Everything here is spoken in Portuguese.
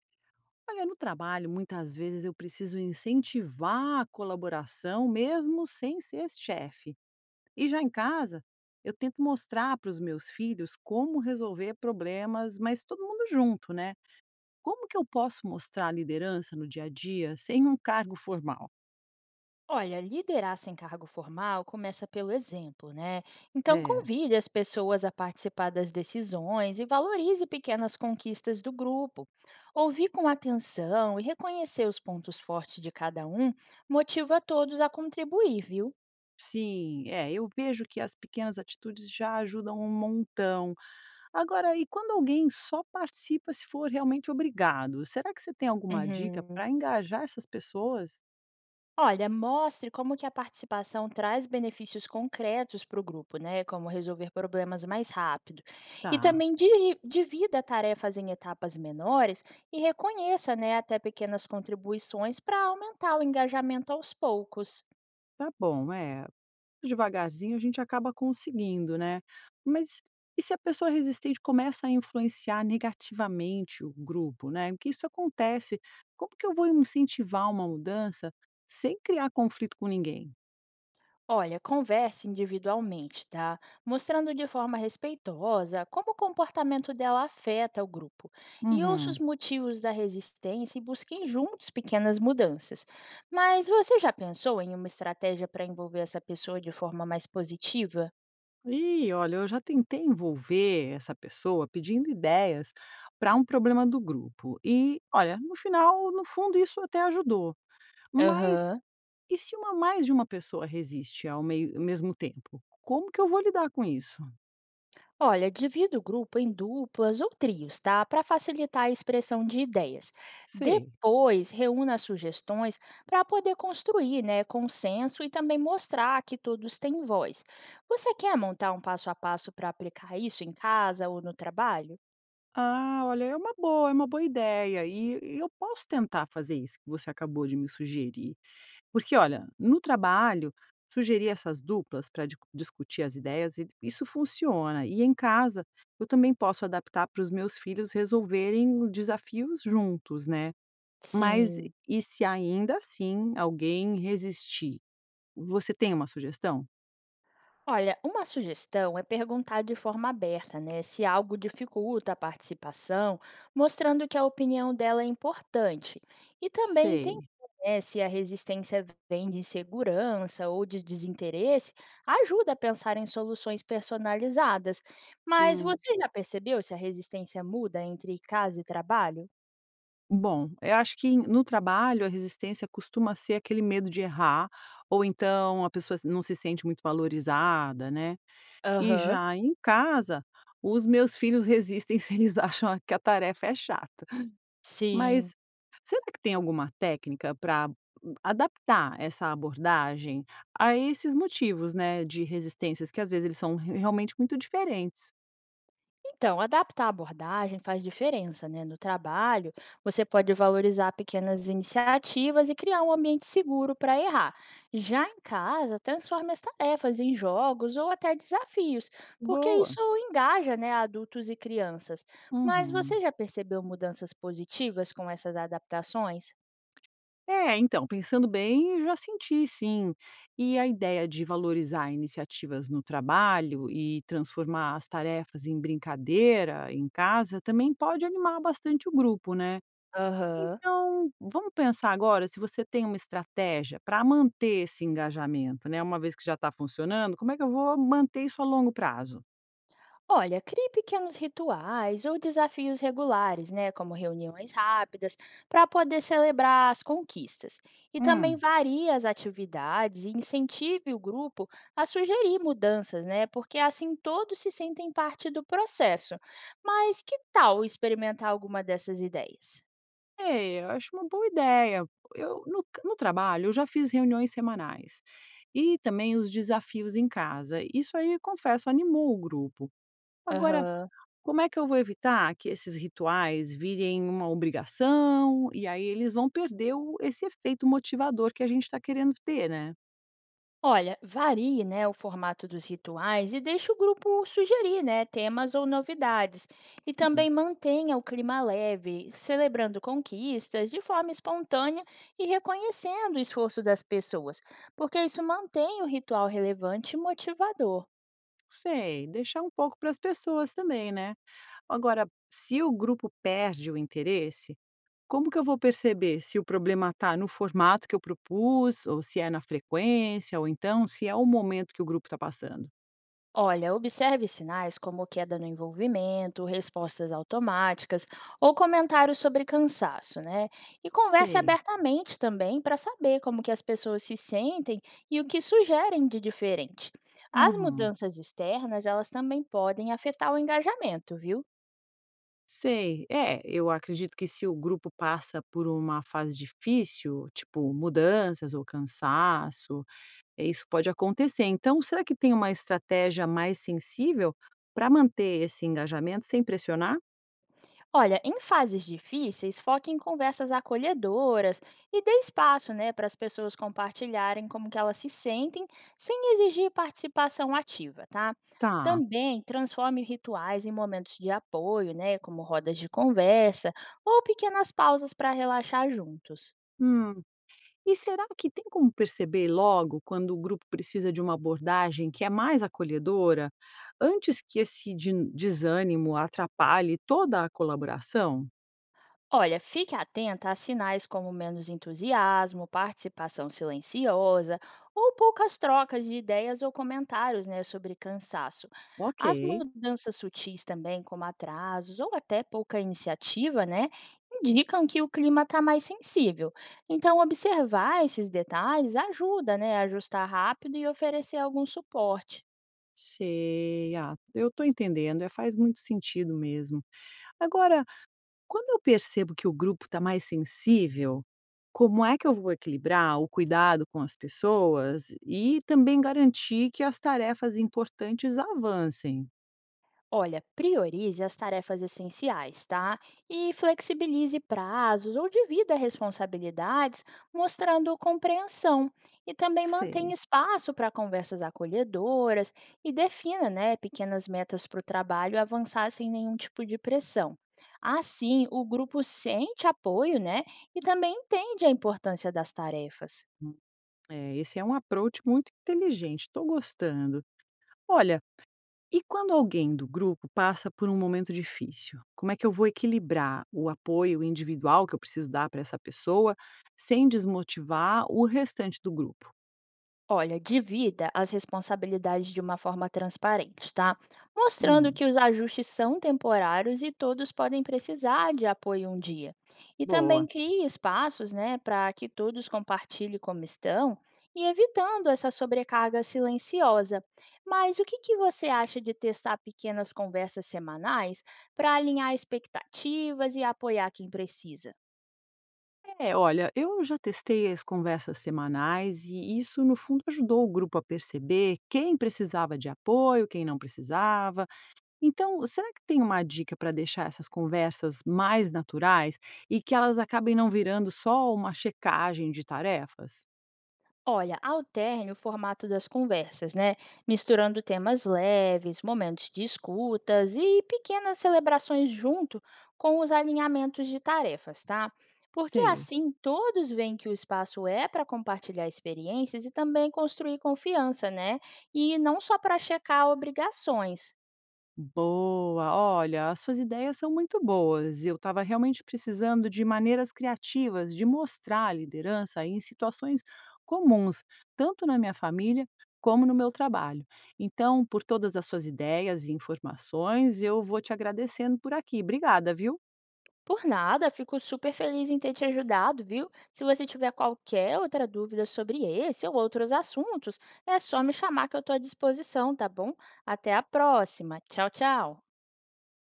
Olha, no trabalho, muitas vezes eu preciso incentivar a colaboração, mesmo sem ser chefe. E já em casa, eu tento mostrar para os meus filhos como resolver problemas, mas todo mundo junto, né? Como que eu posso mostrar liderança no dia a dia sem um cargo formal? Olha, liderar sem cargo formal começa pelo exemplo, né? Então, É. convide as pessoas a participar das decisões e valorize pequenas conquistas do grupo. Ouvir com atenção e reconhecer os pontos fortes de cada um motiva todos a contribuir, viu? Sim, é, eu vejo que as pequenas atitudes já ajudam um montão. Agora, e quando alguém só participa se for realmente obrigado? Será que você tem alguma dica Uhum. para engajar essas pessoas? Olha, mostre como que a participação traz benefícios concretos para o grupo, né? Como resolver problemas mais rápido. E Tá, também divida tarefas em etapas menores e reconheça, né, até pequenas contribuições para aumentar o engajamento aos poucos. tá bom, é, devagarzinho a gente acaba conseguindo, né. Mas e se a pessoa resistente começa a influenciar negativamente o grupo, né, que isso acontece, como que eu vou incentivar uma mudança sem criar conflito com ninguém? Olha, converse individualmente, tá? Mostrando de forma respeitosa como o comportamento dela afeta o grupo. E ouça os Uhum. motivos da resistência e busquem juntos pequenas mudanças. Mas você já pensou em uma estratégia para envolver essa pessoa de forma mais positiva? Ih, olha, eu já tentei envolver essa pessoa pedindo ideias para um problema do grupo e, olha, no final, no fundo, isso até ajudou, mas Aham. e se uma mais de uma pessoa resiste ao mesmo tempo, como que eu vou lidar com isso? Olha, divida o grupo em duplas ou trios, tá? Para facilitar a expressão de ideias. Sei. Depois, reúna as sugestões para poder construir, né, consenso e também mostrar que todos têm voz. Você quer montar um passo a passo para aplicar isso em casa ou no trabalho? Ah, olha, é uma boa ideia. E eu posso tentar fazer isso que você acabou de me sugerir. Porque, olha, no trabalho, sugerir essas duplas para discutir as ideias, isso funciona. E em casa, eu também posso adaptar para os meus filhos resolverem desafios juntos, né? Mas Sim. e se ainda assim alguém resistir? Você tem uma sugestão? Olha, uma sugestão é perguntar de forma aberta, né, se algo dificulta a participação, mostrando que a opinião dela é importante. E também entender, Sei. né, se a resistência vem de insegurança ou de desinteresse, ajuda a pensar em soluções personalizadas. Mas Hum. você já percebeu se a resistência muda entre casa e trabalho? Bom, eu acho que no trabalho, a resistência costuma ser aquele medo de errar, ou então a pessoa não se sente muito valorizada, né. E Aham, já em casa, os meus filhos resistem se eles acham a que a tarefa é chata. sim. Mas será que tem alguma técnica para adaptar essa abordagem a esses motivos, né, de resistências que às vezes eles são re realmente muito diferentes? Então, adaptar a abordagem faz diferença, né? No trabalho, você pode valorizar pequenas iniciativas e criar um ambiente seguro para errar. Já em casa, transforme as tarefas em jogos ou até desafios, porque Boa. isso engaja, né, adultos e crianças. Mas Uhum. você já percebeu mudanças positivas com essas adaptações? É, então, pensando bem, já senti sim. E a ideia de valorizar iniciativas no trabalho e transformar as tarefas em brincadeira em casa também pode animar bastante o grupo, né? Aham. Então, vamos pensar agora se você tem uma estratégia para manter esse engajamento, né? Uma vez que já está funcionando, como é que eu vou manter isso a longo prazo? Olha, crie pequenos rituais ou desafios regulares, né, como reuniões rápidas, para poder celebrar as conquistas. E também Hum. varie as atividades e incentive o grupo a sugerir mudanças, né, porque assim todos se sentem parte do processo. Mas que tal experimentar alguma dessas ideias? É, eu acho uma boa ideia. Eu no trabalho, eu já fiz reuniões semanais, e também os desafios em casa. Isso aí, confesso, animou o grupo. Agora, Aham. como é que eu vou evitar que esses rituais virem uma obrigação, e aí eles vão perder o esse efeito motivador que a gente está querendo ter, né? Olha, varie, né, o formato dos rituais e deixe o grupo sugerir, né, temas ou novidades. E Hum, também mantenha o clima leve, celebrando conquistas de forma espontânea e reconhecendo o esforço das pessoas, porque isso mantém o ritual relevante e motivador. sei, deixar um pouco para as pessoas também, né? Agora, se o grupo perde o interesse, como que eu vou perceber se o problema está no formato que eu propus, ou se é na frequência, ou então se é o momento que o grupo está passando? Olha, observe sinais como queda no envolvimento, respostas automáticas ou comentários sobre cansaço, né? E converse Sei. abertamente também para saber como que as pessoas se sentem e o que sugerem de diferente. As Uhum. mudanças externas, elas também podem afetar o engajamento, viu? Sei. É, eu acredito que se o grupo passa por uma fase difícil, tipo mudanças ou cansaço, é, isso pode acontecer. Então, será que tem uma estratégia mais sensível para manter esse engajamento sem pressionar? Olha, em fases difíceis, foque em conversas acolhedoras e dê espaço, né, para as pessoas compartilharem como que elas se sentem, sem exigir participação ativa, tá? Tá. Também transforme rituais em momentos de apoio, né, como rodas de conversa ou pequenas pausas para relaxar juntos. Hum. E será que tem como perceber logo quando o grupo precisa de uma abordagem que é mais acolhedora, antes que esse desânimo atrapalhe toda a colaboração? Olha, fique atenta a sinais como menos entusiasmo, participação silenciosa ou poucas trocas de ideias ou comentários, né, sobre cansaço. Ok, As mudanças sutis também, como atrasos ou até pouca iniciativa, né, indicam que o clima está mais sensível. Então, observar esses detalhes ajuda, né, a ajustar rápido e oferecer algum suporte. sei, ah, eu estou entendendo, é, faz muito sentido mesmo. Agora, quando eu percebo que o grupo está mais sensível, como é que eu vou equilibrar o cuidado com as pessoas e também garantir que as tarefas importantes avancem? Olha, priorize as tarefas essenciais, tá? E flexibilize prazos ou divida responsabilidades, mostrando compreensão. E também mantenha Sei. espaço para conversas acolhedoras e defina, né, pequenas metas para o trabalho avançar sem nenhum tipo de pressão. Assim, o grupo sente apoio, né, e também entende a importância das tarefas. É, esse é um approach muito inteligente, estou gostando. Olha, e quando alguém do grupo passa por um momento difícil, como é que eu vou equilibrar o apoio individual que eu preciso dar para essa pessoa sem desmotivar o restante do grupo? Olha, divida as responsabilidades de uma forma transparente, tá? Mostrando Hum, que os ajustes são temporários e todos podem precisar de apoio um dia. E boa. também crie espaços, né, para que todos compartilhem como estão e evitando essa sobrecarga silenciosa. Mas o que, que você acha de testar pequenas conversas semanais para alinhar expectativas e apoiar quem precisa? É, olha, eu já testei as conversas semanais e isso, no fundo, ajudou o grupo a perceber quem precisava de apoio, quem não precisava. Então, será que tem uma dica para deixar essas conversas mais naturais e que elas acabem não virando só uma checagem de tarefas? Olha, alterne o formato das conversas, né? Misturando temas leves, momentos de escutas e pequenas celebrações junto com os alinhamentos de tarefas, tá? Porque Sei. assim todos veem que o espaço é para compartilhar experiências e também construir confiança, né? E não só para checar obrigações. Boa, olha, as suas ideias são muito boas. Eu estava realmente precisando de maneiras criativas de mostrar a liderança em situações comuns, tanto na minha família como no meu trabalho. Então, por todas as suas ideias e informações, eu vou te agradecendo por aqui. Obrigada, viu? Por nada, fico super feliz em ter te ajudado, viu? Se você tiver qualquer outra dúvida sobre esse ou outros assuntos, é só me chamar que eu estou à disposição, tá bom? Até a próxima. Tchau, tchau.